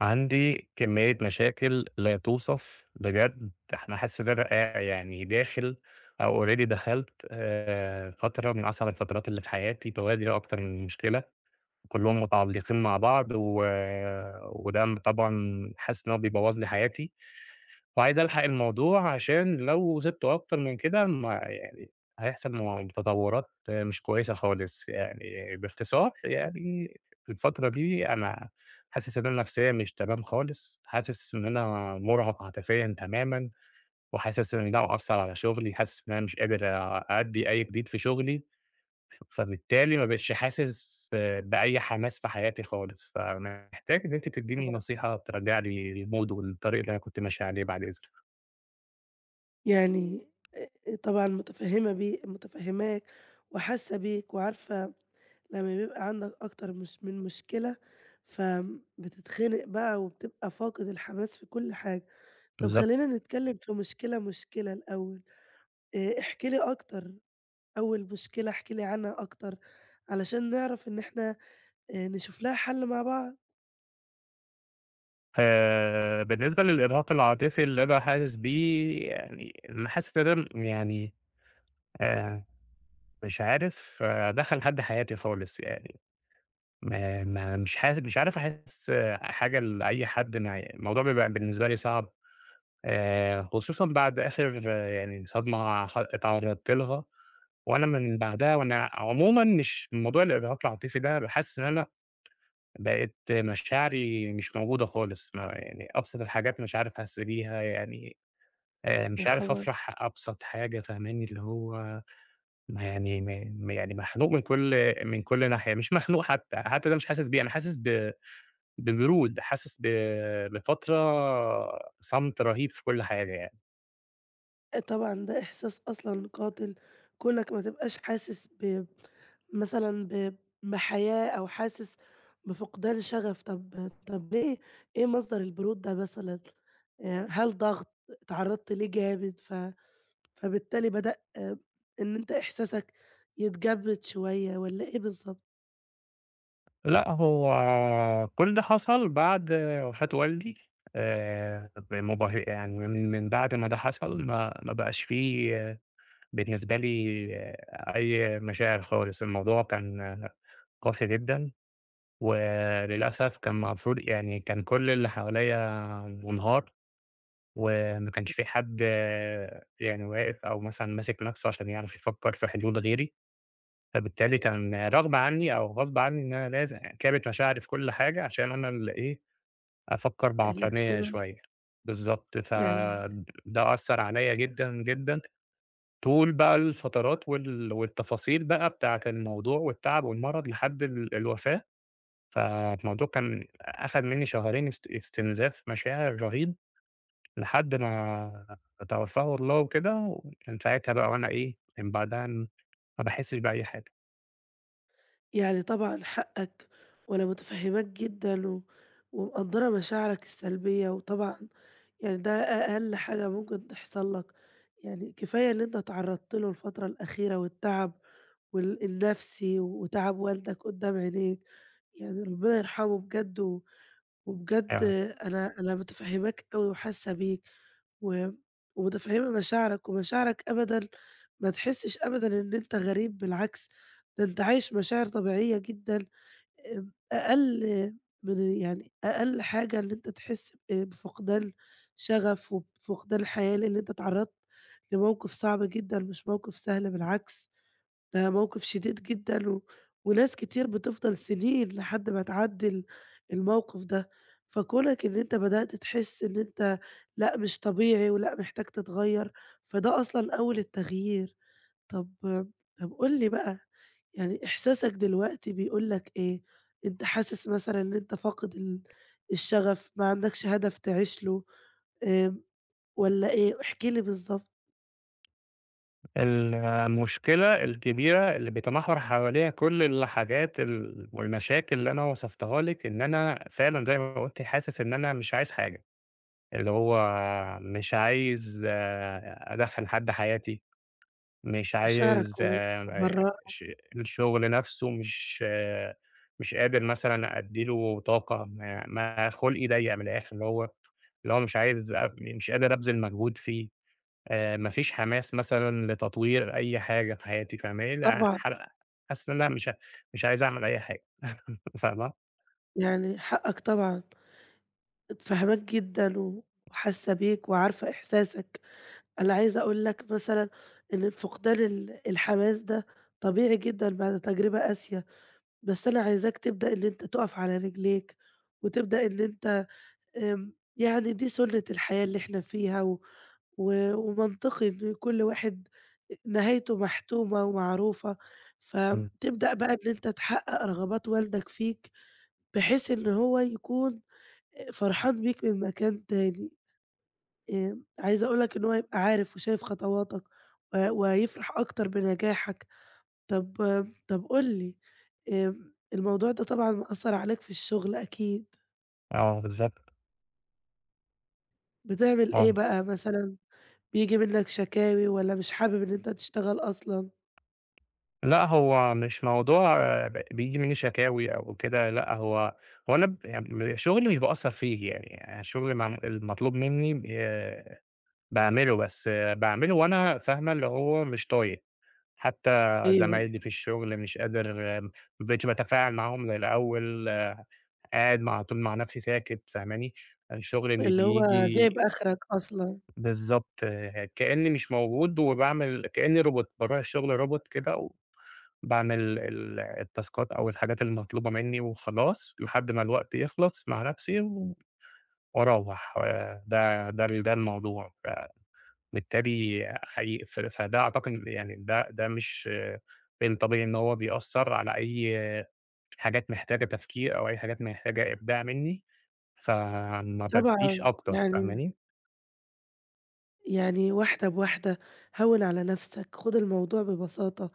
عندي كمية مشاكل لا توصف بجد. احنا حاسس ان انا يعني داخل او اوريدي دخلت فترة من اصعب الفترات اللي في حياتي. توالي اكتر من مشكلة كلهم متعلقين مع بعض، و... وده طبعا حاسس ان هو بيبوظ لي حياتي، وعايز ألحق الموضوع عشان لو سِبته أكتر من كده ما يعني هيحصل تطورات مش كويسة خالص. يعني باختصار، يعني في الفترة دي أنا حاسس إن أنا نفسيًا مش تمام خالص، حاسس إن أنا مُرهَق عاطفيًا تمامًا، وحاسس إن ده مأثّر على شغلي، حاسس إن أنا مش قادر أأدّي أي جديد في شغلي، فبالتالي ما بقيتش حاسس بأي حماس في حياتي خالص. فمحتاج إن أنتِ تدّيني طبعًا، نصيحة ترجّع لي الmood والطريق اللي أنا كنت ماشي عليه بعد إذنِك. يعني طبعًا مُتفهِّمة مُتفهِّماك وحاسة بيك وعارفة لمّا بيبقى عندك أكتر مش من مشكلة، فبتتخنق بقى وبتبقى فاقد الحماس في كل حاجة. طب بالضبط. خلّينا نتكلّم في مشكلة، الأول، احكِ لي أكتر، أول مشكلة احكِ لي عنها أكتر علشان نعرف إن إحنا نشوف لها حَل مع بعض. بالنسبة للإرهاق العاطفي اللي أنا حاسس بيه، يعني أنا حاسس إن أنا يعني آآ، مش عارف أدخّل حد حياتي خالص يعني. ما مش حاس، مش عارف أحس حاجة لأي حد معايا. الموضوع بيبقى بالنسبة لي صعب خصوصًا بعد آخر يعني صدمة اتعرّضت لها، وأنا من بعدها، وأنا عمومًا مش موضوع الإرهاق العاطفي ده، حاسس إن أنا بقيت مشاعري مش موجودة خالص. ما يعني أبسط الحاجات مش عارف أحس بيها يعني، يا مش عارف خبر! أفرح أبسط حاجة، فاهماني؟ اللي هو ما يعني ما يعني مخنوق من كل ناحية. مش مخنوق حتى، حتى ده مش حاسس بيه. أنا حاسس ببرود، حاسس بفترة صمت رهيب في كل حاجة يعني. آه طبعًا ده إحساس أصلًا قاتل، كونك ما تبقاش حاسس ب مثلًا بحياة أو حاسس بفقدان شغف، طب ليه؟ إيه مصدر البرود ده مثلًا؟ هل ضغط، اتعرّضت ليه جامد فبالتالي بدأ آه، إن أنت إحساسك يتجمد شوية والّا إيه بالضبط؟ لأ، هو كل ده حصل بعد وفاة والدي بمبه. يعني من بعد ما ده حصل، ما بقاش في بالنسبة لي أي مشاعر خالص. الموضوع كان قاسي جدًا. وللأسف كان المفروض، يعني كان كل اللي حواليّا مُنهار، وما كانش في حد يعني واقف أو مثلًا ماسك نَفْسه عشان يعرف يفكّر في حلول غيري. فبالتالي كان رغصب عنّي أو غصب عنّي إن أنا كابت مشاعري في كل حاجة عشان أنا اللي إيه، أفكّر اللي بعقلانية تكون شوية. بالضبط. يعني فده أثّر عليّا جدًا، جدًا طول بقى الفترات والتفاصيل بقى بتاعة الموضوع والتعب والمرض لحد الوفاة. فالموضوع كان أخد منّي شهرين استنزاف مشاعر رهيب، لحد ما توفّاه الله وكده. ومن ساعتها بقى، وأنا إيه، من بعدها ما باحسّش بأي حاجة. يعني طبعًا حقك وأنا متفهّماك جدًا ومقدّرة مشاعرك السلبية وطبعًا يعني ده أقل حاجة ممكن تحصل لك، يعني كفاية اللي أنت اتعرّضت له الفترة الأخيرة والتعب النفسي وتعب والدك قدّام عينيك، يعني ربنا يرحمه بجد وبجد آه، أنا متفهّماك أوي وحاسة بيك و ومتفهّمة مشاعرك، ومشاعرك أبدًا ما تحسّش أبدًا إن أنت غريب بالعكس، ده أنت عايش مشاعر طبيعية جدًا. آمم، أقل من يعني أقل حاجة اللي أنت تحس آه، بفقدان شغف وبفقدان حياة، لإن أنت اتعرّضت لموقف صعب جدًا، مش موقف سهل بالعكس، ده موقف شديد جدًا وناس كتير بتفضل سنين لحد ما تعدّي الموقف ده، فكونك إن أنت بدأت تحس إن أنت لأ، مش طبيعي ولأ، محتاج تتغيّر، فده أصلًا أول التغيير. طب طب قُل لي بقى، يعني إحساسك دلوقتي بيقول لك إيه؟ أنت حاسس مثلًا إن أنت فاقد الشغف، ما عندكش هدف تعيش له، آمم، والّا إيه؟ احكِ لي بالضبط المشكلة الكبيرة اللي بيتمحور حواليها كل الحاجات والمشاكل اللي أنا وصفتها لِك، إن أنا فعلًا زي ما قُلتِ حاسس إن أنا مش عايز حاجة. اللي هو مش عايز أدخّل حد حياتي، مش عايز مشاعرك ش الشغل نَفْسه مش مش قادر مثلًا أدّي له طاقة. ما خُلقي ضيّق من الآخر. اللي هو اللي هو مش عايز أب مش قادر أبذل مجهود فيه. ما فيش حماس مثلًا لتطوير أي حاجة في حياتي، فاهماني؟ ع طبعًا، حر حاسس إن أنا مش عايز أعمل أي حاجة، فاهمة؟ يعني حقك طبعًا، فاهماك جدًا وحاسة بيك وعارفة إحساسك. أنا عايزة أقول لك مثلًا إن فقدان الحماس ده طبيعي جدًا بعد تجربة قاسية، بس أنا عايزاك تبدأ إن أنت تُقف على رجليك، وتبدأ إن أنت آمم، يعني دي سُنّة الحياة اللي إحنا فيها و و ومنطقي إن كل واحد نهايته محتومة ومعروفة، إمم. فتبدأ بقى إن أنت تحقق رغبات والدك فيك، بحيث إن هو يكون فرحان بيك من مكان تاني، آمم، عايزة أقول لك إن هو يبقى عارف وشايف خطواتك وهيفرح أكتر بنجاحك. طب أم، طب قُل لي، آمم، الموضوع ده طبعًا مأثّر عليك في الشغل أكيد، آه بالضبط. بتعمل إيه آه. بقى مثلًا؟ بييجي منّك شكاوي والّا مش حابب إن أنت تشتغل أصلًا. لأ، هو مش موضوع بييجي منّي شكاوي أو كده. لأ، هو أنا يعني شغلي مش باقصّر فيه يعني. يعني شغلي مع المطلوب منّي باعمله. بس باعمله وأنا فاهمة اللي هو مش طايق، حتى أيوه، زمايلي في الشغل مش قادر ما بقيتش باتفاعل معاهم زي الأول. آه، قاعد مع طول مع نفْسي ساكت، فاهماني؟ الشغل اللي اللي هو بييجي جايب آخرك أصلًا. بالضبط كإنّي مش موجود، وباعمل كإنّي روبوت. باروح الشغل روبوت كده، باعمل التاسكات أو الحاجات المطلوبة منّي وخلاص، لحد ما الوقت يخلص مع نفسي و وأروّح. آه، ده الموضوع. فبالتالي حقيقي فده أعتقد، يعني ده مش من الطبيعي إن هو بيأثّر على أي حاجات محتاجة تفكير أو أي حاجات محتاجة إبداع منّي، فما بادّيش طبعًا، أكتر، فاهماني؟ يعني واحدة بواحدة، هوّن على نَفْسك، خُد الموضوع ببساطة،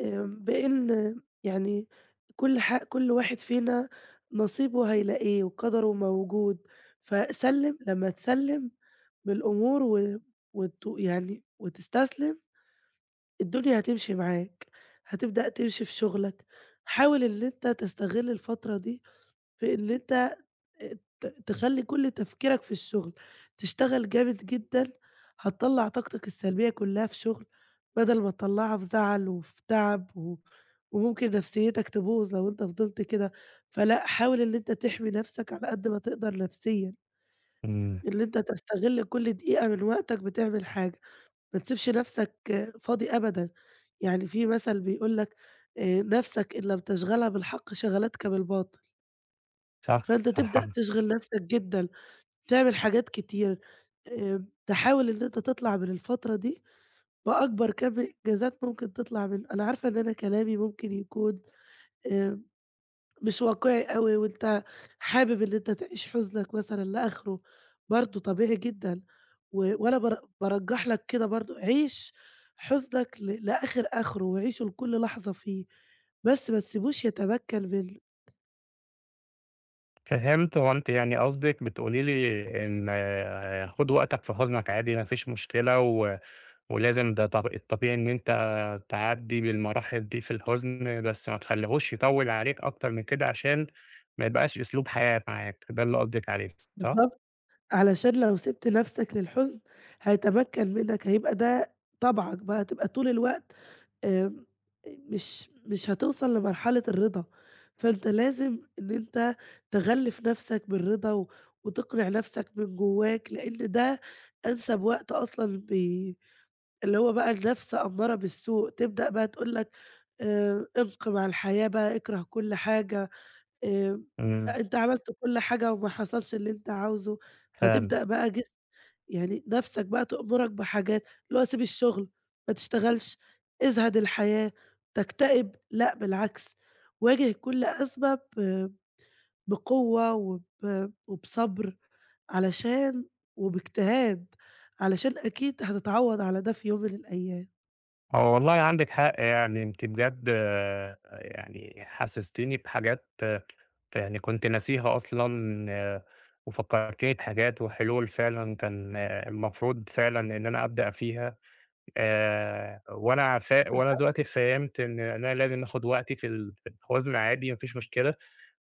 آمم، بإن يعني كل كل واحد فينا نصيبه هيلاقيه وقدره موجود، فسلِّم لمّا تسلِّم بالأمور و وت يعني وتستسلم. الدنيا هتمشي معاك، هتبدأ تمشي في شغلك، حاول إن أنت تستغل الفترة دي في إن أنت تخلّي كل تفكيرك في الشغل، تشتغل جامد جدًا، هتطلّع طاقتك السلبية كلّها في شغل، بدل ما تطلّعها في زعل وفي تعب وممكن نفسيتك تبوظ لو أنت فضلت كده، فلأ حاول إن أنت تحمي نفسك على قد ما تقدر نفسيًا، إمم، إن أنت تستغل كل دقيقة من وقتك بتعمل حاجة. ما تسيبش نَفْسك فاضي أبدًا، يعني في مثل بيقول لك نَفْسك إن لم تشغلها بالحق شغلتك بالباطل، صح، فأنت تبدأ صح. تشغل نَفْسك جدًا، تعمل حاجات كتير، آمم تحاول إن أنت تطلع من الفترة دي بأكبر كم إنجازات ممكن تطلع منه، أنا عارفة إن أنا كلامي ممكن يكون آآ مش واقعي أوي، وأنت حابب إن أنت تعيش حزنك مثلًا لآخره، برضه طبيعي جدًا، و وأنا بار بارجّح لك كده برضه، عيش حزنك لآخر آخره، وعيشه لكل لحظة فيه، بس ما تسيبوش يتمكن منّك، فهمت. هو أنتِ يعني قصدِك بتقولي لي إن خُد وقتك في حُزنك عادي ما فيش مشكلة، و ولازم ده الطبيعي إن أنت تعدّي بالمراحل دي في الحُزن، بس ما تخلّيهوش يطوّل عليك أكتر من كده، عشان ما يبقاش أسلوب حياة معاك. ده اللي قصدِك عليه، صح؟ بالضبط، علشان لو سِبت نفْسك للحزن هيتمكن منّك، هيبقى ده طبعك بقى، هتبقى طول الوقت آمم، مش هتوصل لمرحلة الرضا، فأنت لازم إن أنت تغلِّف نَفْسك بالرضا وتقنع نَفْسك من جوّاك، لإن ده أنسب وقت أصلًا ب اللي هو بقى النَفْس أمّارة بالسوء، تبدأ بقى تقول لك انقِم على الحياة بقى، اكره كل حاجة. آآ، إمم، أنت عملت كل حاجة وما حصلش اللي أنت عاوزه، فعلًا. فتبدأ بقى جس يعني نَفْسك بقى تأمرك بحاجات، اللي هو سيب الشغل، ما تشتغلش، ازهد الحياة، تكتئب، لأ بالعكس، واجه كل آه، بقوة وبصبر علشان وباجتهاد، علشان أكيد هتتعوّض على ده في يوم من الأيام. هو والله عندِك حق يعني. أنتِ بجد يعني حسستيني بحاجات يعني كنت ناسيها أصلًا، وفكّرتيني بحاجات وحلول فعلًا كان المفروض فعلًا إن أنا أبدأ فيها. وأنا بالضبط، دلوقتي فهمت إن أنا لازم آخد وقتي في في الحزن عادي، ما فيش مشكلة،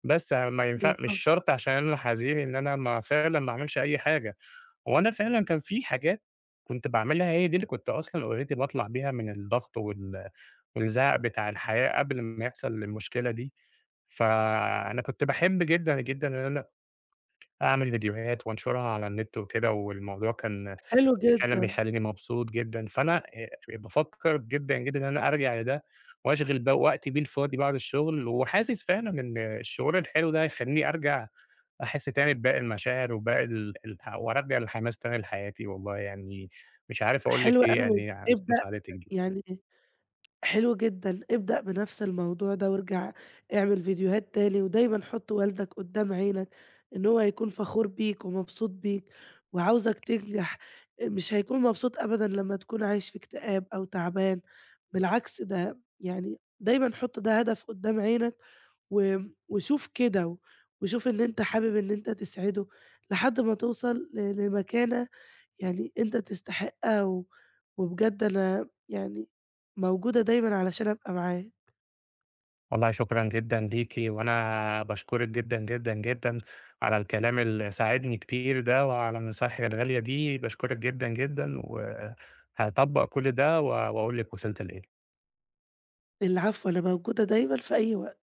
بس ما ينفع، مش بالضبط، شرط عشان أنا حزين إن أنا ما فعلًا ما أعملش أي حاجة. هو أنا فعلًا كان في حاجات كنت باعملها، هي دي اللي كنت أصلًا already باطلع بيها من الضغط والزعق بتاع الحياة قبل ما يحصل المشكلة دي. فأنا كنت باحب جدًا، جدًا إن أنا أعمل فيديوهات وأنشرها على النت وكده، والموضوع كان حلو فعلًا جدًا، بيخلّيني مبسوط جدًا. فأنا بافكّر جدًا، جدًا إن أنا أرجع لده، وأشغل بقى وقتي بيه الفاضي بعد الشغل. وحاسس فعلًا إن الشعور الحلو ده هيخلّيني أرجع أحس تاني بباقي المشاعر وباقي ال الح وأرجّع الحماس تاني لحياتي. والله يعني مش عارف أقول حلو لِك إيه أوي، يعني على ابدأ مساعدتِك دي. يعني حلو جدًا، ابدأ بنفْس الموضوع ده وارجع اعمل فيديوهات تاني، ودايمًا حُط والدك قدّام عينك، إن هو هيكون فخور بيك ومبسوط بيك وعاوزك تنجح، مش هيكون مبسوط أبدًا لمّا تكون عايش في اكتئاب أو تعبان، بالعكس ده يعني دايمًا حُط ده هدف قدّام عينك و وشوف كده، وشوف إن أنت حابب إن أنت تسعده لحد ما توصل لمكانة يعني أنت تستحقها وبجد أنا يعني موجودة دايمًا علشان أبقى معاه. والله شكرًا جدًا ليكِ، وأنا باشكرِك جدًا، جدًا، جدًا على الكلام اللي ساعدني كتير ده، وعلى النصايح الغالية دي. باشكرِك جدًا، جدًا، وهاطبّق كل ده، و وأقول لِك وصلت لإيه. العفو، أنا موجودة دايمًا في أي وقت.